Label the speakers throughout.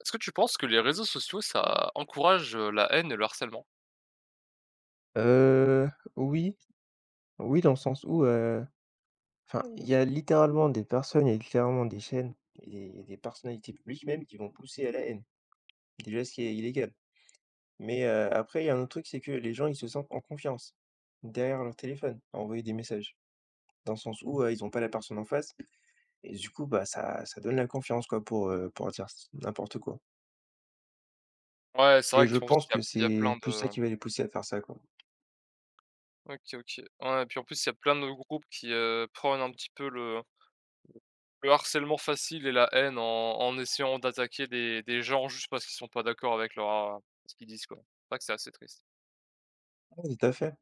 Speaker 1: Est-ce que tu penses que les réseaux sociaux, ça encourage, la haine et le harcèlement?
Speaker 2: Heu, oui, oui, dans le sens où, enfin, il y a littéralement des personnes, il y a littéralement des chaînes et des personnalités publiques même qui vont pousser à la haine. Déjà, ce qui est illégal. Mais, après, il y a un autre truc, c'est que les gens, ils se sentent en confiance derrière leur téléphone à envoyer des messages. Dans le sens où, ils ont pas la personne en face et du coup, bah, ça donne la confiance quoi pour dire s n'importe quoi.
Speaker 1: Ouais, c'est
Speaker 2: Et
Speaker 1: vrai
Speaker 2: je
Speaker 1: qu'en plus,
Speaker 2: pense
Speaker 1: il y
Speaker 2: que
Speaker 1: a il y a plein
Speaker 2: c'est plus ça
Speaker 1: de
Speaker 2: qui va les pousser à faire ça, quoi.
Speaker 1: OK, OK. Ouais, et puis en plus, il y a plein de groupes qui, prônent un petit peu le harcèlement facile et la haine en essayant d'attaquer des gens juste parce qu'ils sont pas d'accord avec leur, heu, ce qu'ils disent, quoi. C'est vrai que c'est assez triste.
Speaker 2: Oui, tout à fait.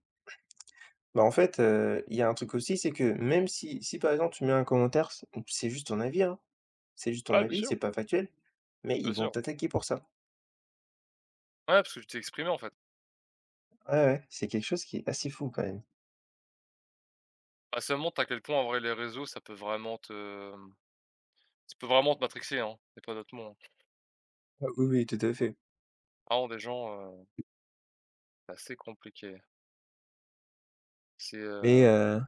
Speaker 2: Bah, en fait, il y a un truc aussi, c'est que même si par exemple tu mets un commentaire, c'est juste ton avis, hein. C'est juste ton
Speaker 1: Ouais, bien
Speaker 2: avis,
Speaker 1: sûr,
Speaker 2: c'est pas factuel, mais ils
Speaker 1: bien
Speaker 2: vont
Speaker 1: sûr.
Speaker 2: t'attaquer pour ça.
Speaker 1: Ouais, parce que tu t'es exprimé, en fait.
Speaker 2: Ouais, ouais, c'est quelque chose qui est assez fou quand même.
Speaker 1: Bah, ça montre à quel point, en vrai, les réseaux, ça peut vraiment te matrixer, hein. Il pas d'autre mot, hein.
Speaker 2: Ah oui, oui, tout à fait.
Speaker 1: Vraiment des gens, c'est assez compliqué. C'est,
Speaker 2: Mais,
Speaker 1: heu
Speaker 2: heu,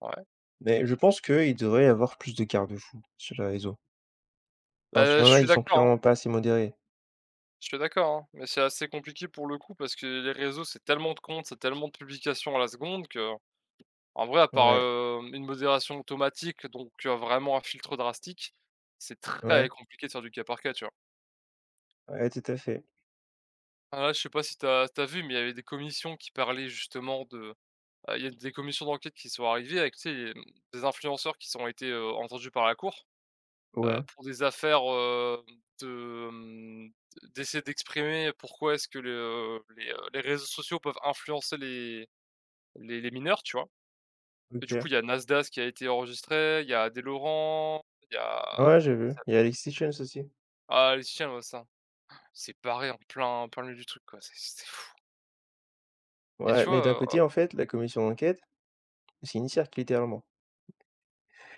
Speaker 1: ouais.
Speaker 2: mais je pense qu'il devrait y avoir plus de garde-fous sur les réseaux. Dans ce
Speaker 1: Bah, je
Speaker 2: en a,
Speaker 1: suis
Speaker 2: ils sont
Speaker 1: d'accord, hein.
Speaker 2: clairement pas assez modérés.
Speaker 1: Je suis d'accord, hein. Mais c'est assez compliqué pour le coup parce que les réseaux, c'est tellement de comptes, c'est tellement de publications à la seconde que, en vrai, à part,
Speaker 2: Ouais,
Speaker 1: une modération automatique, donc vraiment un filtre drastique, c'est très
Speaker 2: ouais,
Speaker 1: compliqué de faire du cas par cas, tu vois?
Speaker 2: ouais, tout à fait.
Speaker 1: Ah là, je sais pas si t'as as vu, mais il y avait des commissions qui parlaient justement de il y a des commissions d'enquête qui sont arrivées avec, tu sais, les, des influenceurs qui sont été, entendus par la cour.
Speaker 2: Ouais,
Speaker 1: Pour des affaires, de, d'essayer d'exprimer pourquoi est-ce que le les réseaux sociaux peuvent influencer les mineurs, tu vois? Et du coup,
Speaker 2: OK.
Speaker 1: il y a Nasdaq qui a été enregistré, il y a Adé Laurent, il y a
Speaker 2: Ouais, j'ai vu. Il y a Alexis Jones aussi.
Speaker 1: ah les chiens, ouais, ça. C'est barré en plein milieu du truc, quoi, c'est fou et
Speaker 2: Ouais,
Speaker 1: tu
Speaker 2: mais d'un
Speaker 1: vois,
Speaker 2: côté, en fait, la commission d'enquête, c'est une cirque littéralement.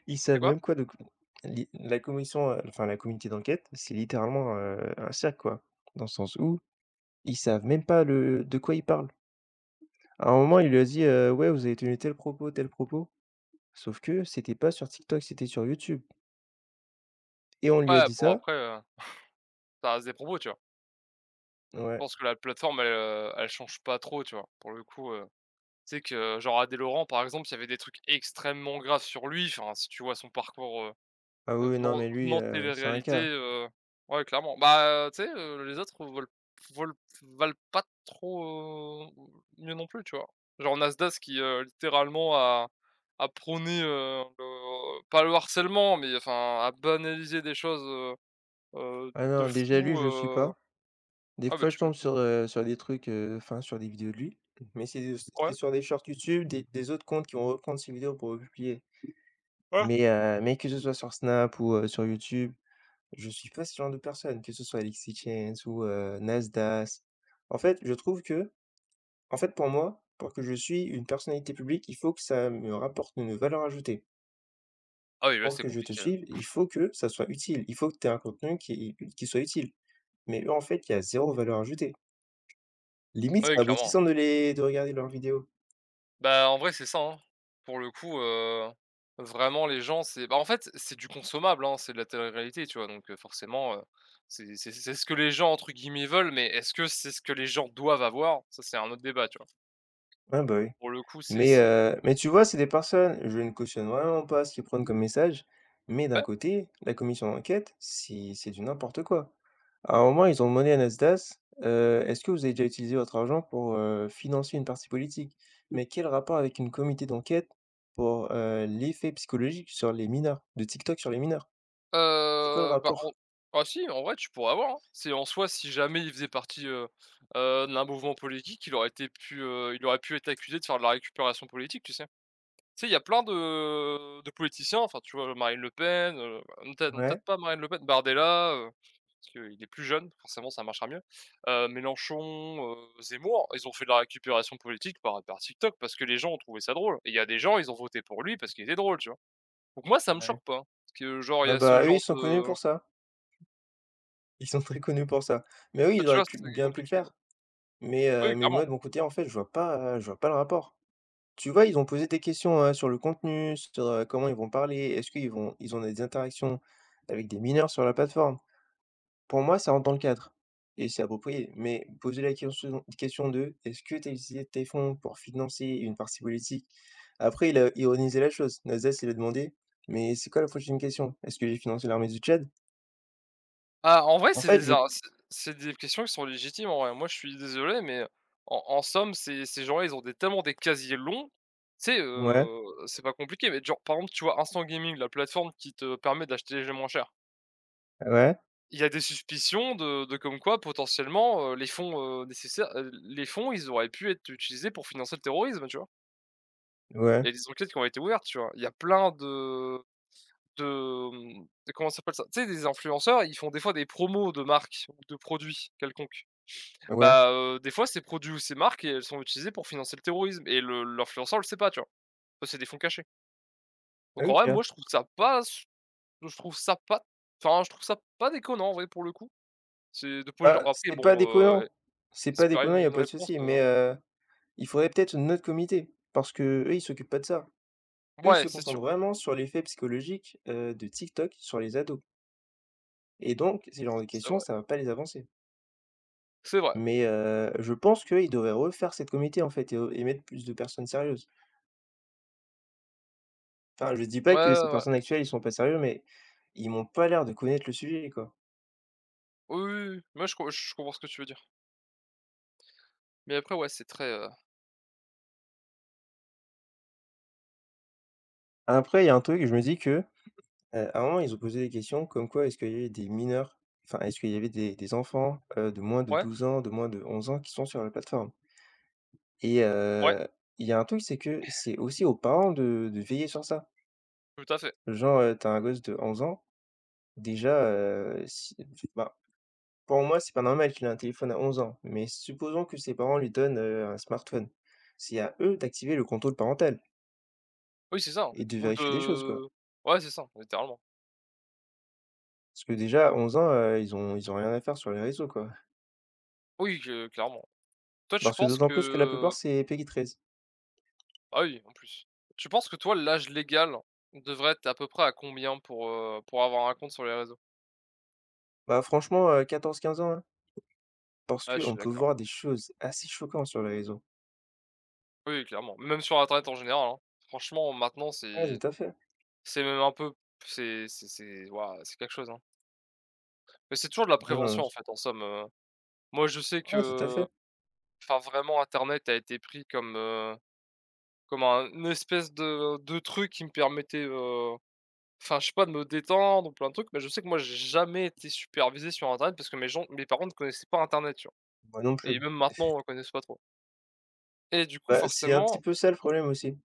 Speaker 2: Ils
Speaker 1: c'est
Speaker 2: savent
Speaker 1: quoi?
Speaker 2: même quoi de li la commission, enfin la communauté d'enquête, c'est littéralement, un cirque quoi. Dans le sens où, ils savent même pas le de quoi ils parlent. À un moment, il lui a dit: «Ouais, vous avez tenu tel propos, tel propos». Sauf que c'était pas sur TikTok, c'était sur YouTube et on lui a
Speaker 1: Ouais,
Speaker 2: dit
Speaker 1: bon
Speaker 2: ça
Speaker 1: après, ça reste des propos, tu vois? Je
Speaker 2: ouais.
Speaker 1: pense que la plateforme elle, elle change pas trop, tu vois? Pour le coup. Tu sais que, genre, Adé Laurent, par exemple, il y avait des trucs extrêmement graves sur lui. Enfin, si tu vois son parcours,
Speaker 2: Ah oui, non
Speaker 1: venant
Speaker 2: mais lui,
Speaker 1: venant de
Speaker 2: c'est un
Speaker 1: télé-réalité,
Speaker 2: cas.
Speaker 1: ouais, clairement. Bah, tu sais, les autres veulent veulent valent pas trop, mieux non plus, tu vois? Genre Nasdaq qui, littéralement a prôné, le pas le harcèlement, mais enfin, a banalisé des choses, heu heu,
Speaker 2: Ah
Speaker 1: de
Speaker 2: non, déjà lui,
Speaker 1: fou,
Speaker 2: je le suis
Speaker 1: heu.
Speaker 2: pas. Des
Speaker 1: Ah, bah,
Speaker 2: fois, je
Speaker 1: tu
Speaker 2: tombe
Speaker 1: m'étonnes.
Speaker 2: sur des trucs, enfin, sur des vidéos de lui, mais c'est
Speaker 1: Ouais,
Speaker 2: sur des shorts YouTube, des autres comptes qui vont reprendre ses vidéos pour publier.
Speaker 1: ouais.
Speaker 2: Mais que ce soit sur Snap ou, sur YouTube, je suis pas ce genre de personne, que ce soit LXYTentacion ou, Nasdaq. En fait, je trouve que en fait, pour moi, pour que je suis une personnalité publique, il faut que ça me rapporte une valeur ajoutée.
Speaker 1: Ah oui, là,
Speaker 2: Pour
Speaker 1: c'est
Speaker 2: que je te
Speaker 1: compliqué, là.
Speaker 2: suive, il faut que ça soit utile, il faut que tu aies un contenu qui soit utile. Mais eux, en fait, il y a zéro valeur ajoutée. Limite,
Speaker 1: Ah oui,
Speaker 2: c'est
Speaker 1: clairement.
Speaker 2: abrutissant de les de regarder leurs vidéos.
Speaker 1: Bah, en vrai, c'est ça, hein. Pour le coup, vraiment les gens, c'est bah, en fait, c'est du consommable, hein, c'est de la télé-réalité, tu vois? Donc, forcément, c'est ce que les gens, entre guillemets, «veulent», mais est-ce que c'est ce que les gens doivent avoir? Ça, c'est un autre débat, tu vois?
Speaker 2: Ah bah, oui.
Speaker 1: Pour le coup, c'est
Speaker 2: Mais
Speaker 1: c'est
Speaker 2: heu, mais tu vois, c'est des personnes je ne cautionne vraiment pas ce qu'ils prennent comme message, mais d'un
Speaker 1: ouais,
Speaker 2: côté, la commission d'enquête, c'est du n'importe quoi. À un moment, ils ont demandé à Nasdaq: «Est-ce que vous avez déjà utilisé votre argent pour, financer une partie politique?» Mais quel rapport avec une comité d'enquête pour, l'effet psychologique sur les mineurs de TikTok sur les mineurs? C'est quoi le
Speaker 1: bah,
Speaker 2: rapport?
Speaker 1: en ah si, en vrai, tu pourrais avoir, hein. C'est en soi, si jamais il faisait partie, d'un mouvement politique, il aurait pu être accusé de faire de la récupération politique, tu sais? Tu sais, il y a plein de politiciens, enfin, tu vois, Marine Le Pen, non peut-être non,
Speaker 2: Ouais,
Speaker 1: peut-être pas Marine Le Pen, Bardella, parce qu'il est plus jeune, forcément ça marchera mieux, Mélenchon, Zemmour, ils ont fait de la récupération politique par TikTok parce que les gens ont trouvé ça drôle et il y a des gens, ils ont voté pour lui parce qu'il était drôle, tu vois? Donc moi, ça me
Speaker 2: ouais.
Speaker 1: choque pas, hein, parce que genre il y
Speaker 2: Ah
Speaker 1: a ce
Speaker 2: bah, eux,
Speaker 1: genre
Speaker 2: ils sont connus
Speaker 1: de,
Speaker 2: pour ça. Ils sont très connus pour ça. Mais oui,
Speaker 1: bah,
Speaker 2: ils
Speaker 1: tu
Speaker 2: auraient
Speaker 1: vois,
Speaker 2: pu
Speaker 1: c'est
Speaker 2: bien pu le
Speaker 1: compliqué, quoi.
Speaker 2: faire. Mais
Speaker 1: Oui,
Speaker 2: heu, mais moi
Speaker 1: clairement.
Speaker 2: de mon côté, en fait, je vois pas le rapport. Tu vois, ils ont posé des questions, sur le contenu, sur, comment ils vont parler, est-ce qu'ils vont ils ont des interactions avec des mineurs sur la plateforme? Pour moi, ça rentre dans le cadre et c'est approprié. Mais poser la question de: «Est-ce que tu as utilisé tes fonds pour financer une partie politique?» Après il a ironisé la chose. Nazès, il a demandé: «Mais c'est quoi la prochaine question? Est-ce que j'ai financé l'armée du Tchad?»
Speaker 1: Ah, en vrai,
Speaker 2: En fait, je
Speaker 1: c'est des questions qui sont légitimes, en vrai. Moi, je suis désolé, mais en somme, ces gens-là, ils ont des tellement des casiers longs, tu sais,
Speaker 2: ouais,
Speaker 1: c'est pas compliqué, mais genre, par exemple, tu vois, Instant Gaming, la plateforme qui te permet d'acheter les jeux moins chers.
Speaker 2: ouais,
Speaker 1: Il y a des suspicions de comme quoi, potentiellement, les fonds, nécessaires, les fonds, ils auraient pu être utilisés pour financer le terrorisme, tu vois? Il
Speaker 2: ouais,
Speaker 1: y a des enquêtes qui ont été ouvertes, tu vois? Il y a plein de, mmh, de comment ça s'appelle ça? Tu sais, des influenceurs, ils font des fois des promos de marques ou de produits quelconques.
Speaker 2: ouais.
Speaker 1: Bah, des fois, ces produits ou ces marques, elles sont utilisées pour financer le terrorisme et le l'influenceur le sait pas, tu vois? Ça, c'est des fonds cachés. Donc en vrai,
Speaker 2: OK.
Speaker 1: moi, je trouve ça pas je trouve ça pas enfin, je trouve ça pas déconnant, en vrai, pour le coup. C'est de poser
Speaker 2: Bah,
Speaker 1: après
Speaker 2: c'est pas
Speaker 1: bon,
Speaker 2: déconnant. C'est pas
Speaker 1: espérer
Speaker 2: déconnant, il y a
Speaker 1: une
Speaker 2: pas de
Speaker 1: réponse,
Speaker 2: souci, mais il faudrait peut-être un autre comité parce qu'eux, ils s'occupent pas de ça. Eux, ils
Speaker 1: ouais,
Speaker 2: se
Speaker 1: c'est sûr,
Speaker 2: concentrent vraiment sur l'effet psychologique, de TikTok sur les ados et donc ce genre de
Speaker 1: c'est
Speaker 2: questions,
Speaker 1: vrai,
Speaker 2: ça va pas les avancer.
Speaker 1: c'est vrai.
Speaker 2: Mais, je pense qu'ils devraient refaire cette comité, en fait et mettre plus de personnes sérieuses. Enfin, je dis
Speaker 1: Ouais,
Speaker 2: pas que ces
Speaker 1: ouais, ouais.
Speaker 2: personnes actuelles, ils sont pas sérieux, mais ils m'ont pas l'air de connaître le sujet, quoi.
Speaker 1: Oui, oui, oui, moi, je comprends ce que tu veux dire. Mais après, ouais, c'est très,
Speaker 2: Après, il y a un truc, je me dis que à un moment, ils ont posé des questions comme quoi est-ce qu'il y avait des mineurs, enfin, est-ce qu'il y avait des enfants, de moins de
Speaker 1: ouais,
Speaker 2: 12 ans, de moins de 11 ans qui sont sur la plateforme? Et
Speaker 1: ouais,
Speaker 2: il y a un truc, c'est que c'est aussi aux parents de veiller sur ça.
Speaker 1: tout à fait.
Speaker 2: Genre, tu un gosse de 11 ans, déjà, si ben, pour moi, c'est pas normal qu'il ait un téléphone à 11 ans, mais supposons que ses parents lui donnent, un smartphone. C'est à eux d'activer le contrôle parental
Speaker 1: Oui, c'est ça, hein,
Speaker 2: et de
Speaker 1: ou
Speaker 2: vérifier des choses, quoi.
Speaker 1: de ouais, c'est ça, littéralement.
Speaker 2: Parce que déjà à 11 ans, ils ont rien à faire sur les réseaux, quoi.
Speaker 1: Oui, que clairement. Toi, tu
Speaker 2: Parce que
Speaker 1: penses
Speaker 2: d'autant plus que la
Speaker 1: que.
Speaker 2: plupart, c'est PEGI 13.
Speaker 1: Ah oui, en plus. Tu penses que toi, l'âge légal devrait être à peu près à combien pour avoir un compte sur les réseaux?
Speaker 2: Bah, franchement, 14-15 ans, hein, parce
Speaker 1: Ah je suis
Speaker 2: qu'on peut
Speaker 1: d'accord.
Speaker 2: voir des choses assez choquantes sur les réseaux.
Speaker 1: Oui, clairement. Même sur internet en général, hein. Franchement, maintenant,
Speaker 2: Ouais,
Speaker 1: c'est
Speaker 2: tout à fait.
Speaker 1: c'est même un peu c'est waouh, c'est quelque chose, hein. Mais c'est toujours de la
Speaker 2: Mmh,
Speaker 1: prévention, en fait, en somme. Moi, je sais
Speaker 2: ouais, tout à
Speaker 1: que
Speaker 2: fait.
Speaker 1: enfin, vraiment, internet a été pris comme, comme un une espèce de truc qui me permettait, enfin, je sais pas, de me détendre ou plein de trucs, mais je sais que moi, j'ai jamais été supervisé sur internet parce que mes parents ne connaissaient pas internet, tu vois?
Speaker 2: Moi non
Speaker 1: Et
Speaker 2: plus.
Speaker 1: même maintenant, ils connaissent pas trop. Et du coup,
Speaker 2: Bah, c'est un petit
Speaker 1: forcément
Speaker 2: peu ça le problème aussi.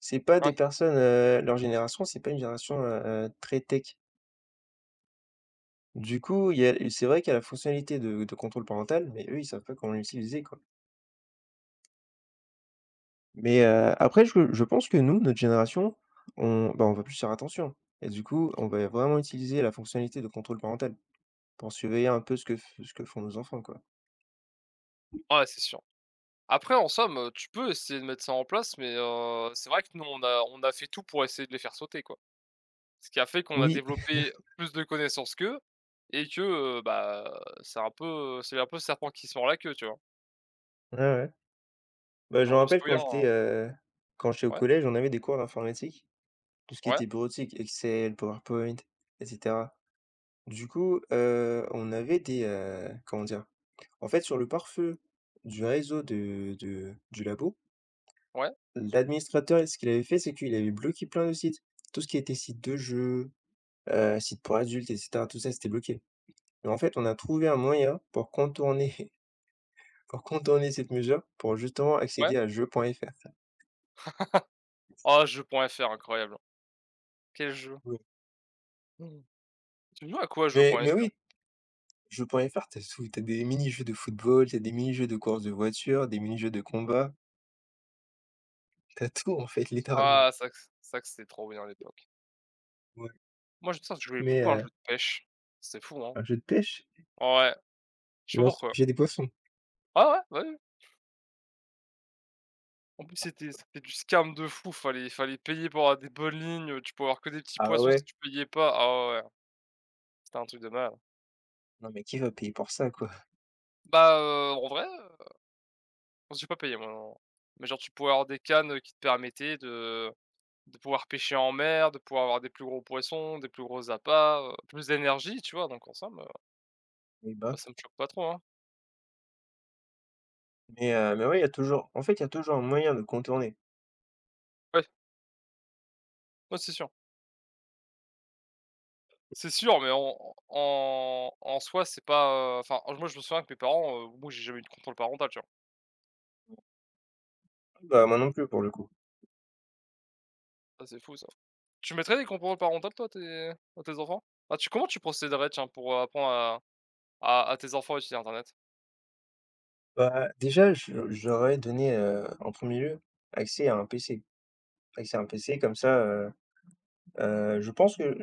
Speaker 2: C'est pas
Speaker 1: ouais,
Speaker 2: des personnes, leur génération, c'est pas une génération, très tech. Du coup, il y a c'est vrai qu'il y a la fonctionnalité de contrôle parental, mais eux, ils savent pas comment l'utiliser, quoi. Mais, après, je pense que nous, notre génération, on bah, on va plus faire attention et du coup, on va vraiment utiliser la fonctionnalité de contrôle parental. Pour surveiller un peu ce que font nos enfants, quoi.
Speaker 1: ouais, c'est sûr. Après, en somme, tu peux essayer de mettre ça en place, mais c'est vrai que nous, on a fait tout pour essayer de les faire sauter, quoi. Ce qui a fait qu'on a
Speaker 2: Oui.
Speaker 1: développé plus de connaissances qu'eux et que, bah, c'est un peu, c'est un peu serpent qui se mord la queue, tu vois?
Speaker 2: Ouais, ouais. Bah, je me
Speaker 1: Genre, je me
Speaker 2: rappelle quand
Speaker 1: souviens hein,
Speaker 2: j'étais, heu, quand j'étais au
Speaker 1: ouais,
Speaker 2: collège, on avait des cours d'informatique, tout ce qui
Speaker 1: ouais,
Speaker 2: était bureautique, Excel, PowerPoint et cetera. Du coup, on avait des, comment dire? En fait, sur le pare-feu du réseau de du labo,
Speaker 1: ouais,
Speaker 2: l'administrateur, ce qu'il avait fait, c'est qu'il avait bloqué plein de sites. Tout ce qui était site de jeux, sites pour adultes et cetera, tout ça, c'était bloqué. Mais en fait, on a trouvé un moyen pour contourner cette mesure, pour justement
Speaker 1: ouais.
Speaker 2: accéder à jeux.fr.
Speaker 1: Ah, jeux.fr, incroyable. Quel jeu.
Speaker 2: Oui.
Speaker 1: Mmh. Tu jouais à quoi,
Speaker 2: Mais
Speaker 1: jeux.fr?
Speaker 2: oui, jeux.fr, t'as tout, t'as des mini-jeux de football, t'as des mini-jeux de course de voiture, des mini-jeux de combat, t'as tout en fait
Speaker 1: Ah,
Speaker 2: littéralement.
Speaker 1: c'est vrai que c'était trop bien à l'époque.
Speaker 2: Ouais.
Speaker 1: Moi, je me souviens que je jouais
Speaker 2: Mais
Speaker 1: beaucoup à un jeu
Speaker 2: heu,
Speaker 1: de pêche. C'est fou, hein?
Speaker 2: un jeu de pêche,
Speaker 1: Ouais. Je sais pas
Speaker 2: genre
Speaker 1: pourquoi.
Speaker 2: j'ai des poissons.
Speaker 1: Ah ouais, ouais, ouais. En plus, c'était du scam de fou. Fallait payer pour avoir des bonnes lignes, tu pouvais avoir que des petits
Speaker 2: Ah
Speaker 1: poissons si
Speaker 2: ouais?
Speaker 1: tu payais pas. Ah ouais, ouais, c'était un truc de mal.
Speaker 2: Non mais qui va payer pour ça quoi?
Speaker 1: Bah, en vrai, j'ai pas payé moi, non. Mais genre, tu pouvais avoir des cannes, qui te permettaient de pouvoir pêcher en mer, de pouvoir avoir des plus gros poissons, des plus gros appâts, plus d'énergie, tu vois? Donc en somme,
Speaker 2: Eh
Speaker 1: bah,
Speaker 2: ben,
Speaker 1: ça me choque pas trop, hein.
Speaker 2: mais ouais, il y a toujours en fait, il y a toujours un moyen de contourner.
Speaker 1: Ouais, ouais, c'est sûr. C'est sûr, mais en soi, c'est pas, enfin, moi, je me souviens que mes parents, moi, j'ai jamais eu de contrôle parental, tu vois?
Speaker 2: Bah, moi non plus pour le coup.
Speaker 1: Ça, c'est fou ça. Tu mettrais des contrôles parentaux toi, à tes enfants? Ah, tu comment tu procéderais tiens pour, apprendre à tes enfants à utiliser internet?
Speaker 2: Bah, déjà je j'aurais donné, en premier lieu, accès à un PC. Accès à un PC comme ça, je pense que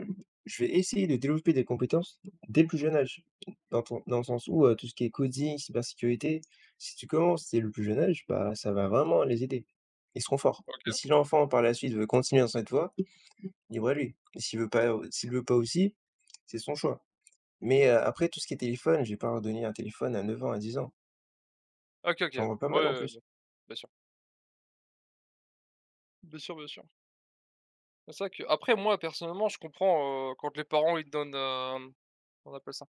Speaker 2: je vais essayer de développer des compétences dès le plus jeune âge. Dans le sens où, tout ce qui est coding, cybersécurité, si tu commences dès le plus jeune âge, bah, ça va vraiment les aider. Ils seront forts et
Speaker 1: OK.
Speaker 2: si l'enfant par la suite veut continuer dans cette voie, libre à lui et s'il veut pas aussi, c'est son choix. Mais, après tout ce qui est téléphone, je vais pas leur donner un téléphone à 9 ans, à 10 ans.
Speaker 1: OK, OK.
Speaker 2: J'en
Speaker 1: Ouais,
Speaker 2: vois pas mal en
Speaker 1: ouais, ouais,
Speaker 2: plus.
Speaker 1: bien sûr. Bien sûr, bien sûr. C'est ça que. Après moi personnellement je comprends, quand les parents ils donnent, comment on appelle ça?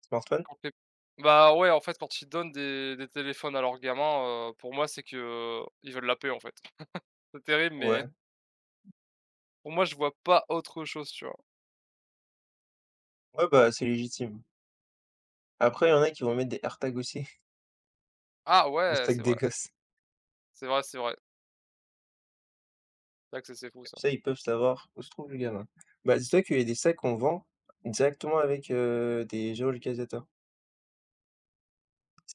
Speaker 2: Smartphone?
Speaker 1: Quand les bah, ouais en fait quand ils donnent des téléphones à leurs gamins, pour moi c'est que ils veulent la paix en fait. C'est terrible mais
Speaker 2: Ouais.
Speaker 1: pour moi je vois pas autre chose, tu vois?
Speaker 2: Ouais, bah, c'est légitime. Après, il y en a qui vont mettre des AirTags aussi,
Speaker 1: Ah
Speaker 2: aux
Speaker 1: ouais, c'est
Speaker 2: sacs des
Speaker 1: vrai,
Speaker 2: gosses.
Speaker 1: c'est vrai, c'est vrai. C'est vrai que c'est fou ça.
Speaker 2: Ça, ils peuvent savoir où se trouve le gamin. Bah, dis-toi qu'il y a des sacs qu'on vend directement avec, des géolocalisateurs.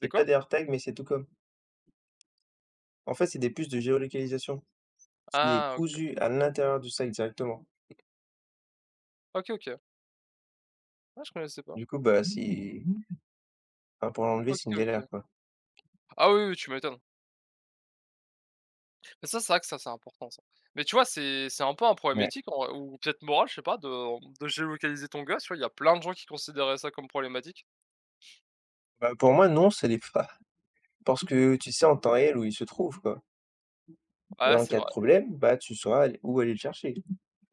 Speaker 1: C'est quoi?
Speaker 2: pas des AirTags, mais c'est tout comme. En fait, c'est des puces de géolocalisation qui est
Speaker 1: Ah OK,
Speaker 2: cousue
Speaker 1: OK.
Speaker 2: à l'intérieur du sac directement.
Speaker 1: OK, OK. Ah, je connaissais pas.
Speaker 2: Du coup, bah, c'est enfin, pour l'enlever,
Speaker 1: OK,
Speaker 2: c'est une
Speaker 1: OK.
Speaker 2: galère, quoi.
Speaker 1: Ah oui, oui, tu m'étonnes. Mais ça, c'est vrai que ça, c'est important ça. Mais tu vois, c'est un peu un problème
Speaker 2: Ouais.
Speaker 1: éthique en vrai ou peut-être moral, je sais pas, de géolocaliser ton gosse, tu vois? Il y a plein de gens qui considéraient ça comme problématique.
Speaker 2: Bah, pour moi, non, ça l'est pas parce que tu sais en temps réel où il se trouve, quoi et
Speaker 1: Ouais,
Speaker 2: en
Speaker 1: c'est
Speaker 2: cas
Speaker 1: vrai,
Speaker 2: de problème, bah, tu sauras aller le chercher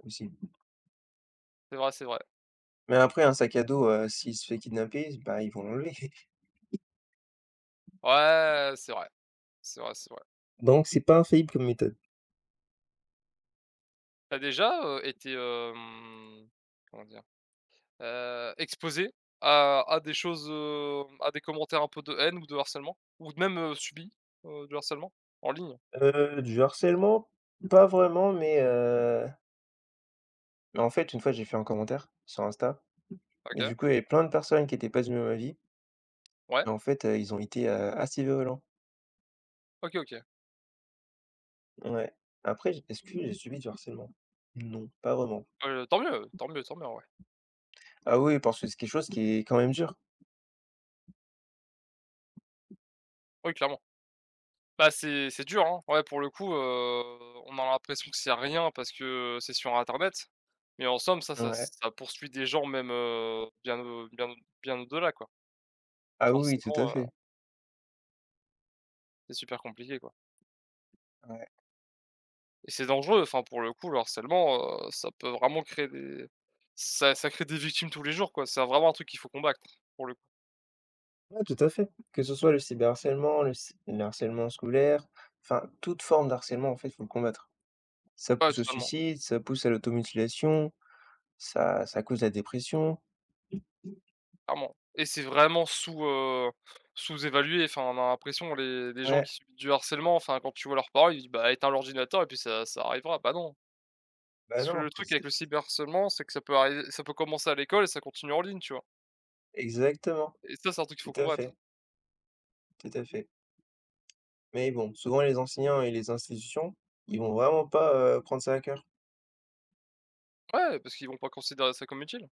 Speaker 2: aussi.
Speaker 1: c'est vrai, c'est vrai.
Speaker 2: Mais après un sac à dos, s'il se fait kidnapper, bah, ils vont l'enlever.
Speaker 1: Ouais, c'est vrai, c'est vrai, c'est vrai.
Speaker 2: Donc c'est pas infaillible comme méthode.
Speaker 1: T'as déjà, été, comment dire? Exposée à des choses, à des commentaires un peu de haine ou de harcèlement? Ou même, subi, du harcèlement? En ligne?
Speaker 2: Du harcèlement, pas vraiment, mais mais en fait, une fois, j'ai fait un commentaire sur Insta et
Speaker 1: OK.
Speaker 2: du coup, il y avait plein de personnes qui étaient pas du même avis
Speaker 1: Ouais.
Speaker 2: et en fait, ils ont été, assez violents.
Speaker 1: OK, OK.
Speaker 2: Ouais. Après, j est-ce que j'ai subi du harcèlement? Non, pas vraiment.
Speaker 1: Tant mieux, tant mieux, tant mieux, ouais.
Speaker 2: Ah oui, parce que c'est quelque chose qui est quand même dur.
Speaker 1: Oui, clairement. Bah, c'est dur, hein. Ouais, pour le coup, on a l'impression que c'est rien parce que c'est sur internet, mais en somme, ça ça
Speaker 2: Ouais.
Speaker 1: ça poursuit des gens même, bien au-delà, quoi.
Speaker 2: Ah oui, oui, tout
Speaker 1: Forcément,
Speaker 2: à fait.
Speaker 1: c'est super compliqué, quoi
Speaker 2: Ouais.
Speaker 1: et c'est dangereux, enfin, pour le coup, le harcèlement, ça peut vraiment créer des ça ça crée des victimes tous les jours, quoi. C'est vraiment un truc qu'il faut combattre, pour le coup.
Speaker 2: Ouais, tout à fait. Que ce soit le cyberharcèlement, le harcèlement scolaire, enfin toute forme d'harcèlement en fait, faut le combattre. Ça
Speaker 1: Ouais,
Speaker 2: pousse au
Speaker 1: totalement.
Speaker 2: suicide, ça pousse à l'automutilation, ça cause la dépression.
Speaker 1: Clairement et c'est vraiment sous-évalué. Enfin, on a l'impression les gens qui
Speaker 2: Ouais,
Speaker 1: subissent du harcèlement, enfin, quand tu vois leurs parents, ils disent: «Bah, éteins l'ordinateur et puis ça arrivera». Bah, non,
Speaker 2: bah
Speaker 1: parce que
Speaker 2: non,
Speaker 1: le truc
Speaker 2: c'est
Speaker 1: avec le cyberharcèlement, c'est que ça peut commencer à l'école et ça continue en ligne, tu vois?
Speaker 2: exactement,
Speaker 1: Et ça, c'est un truc qu'il
Speaker 2: tout
Speaker 1: faut
Speaker 2: à fait,
Speaker 1: combattre.
Speaker 2: tout à fait. Mais bon, souvent les enseignants et les institutions, ils vont vraiment pas, prendre ça à cœur.
Speaker 1: Ouais, parce qu'ils vont pas considérer ça comme utile.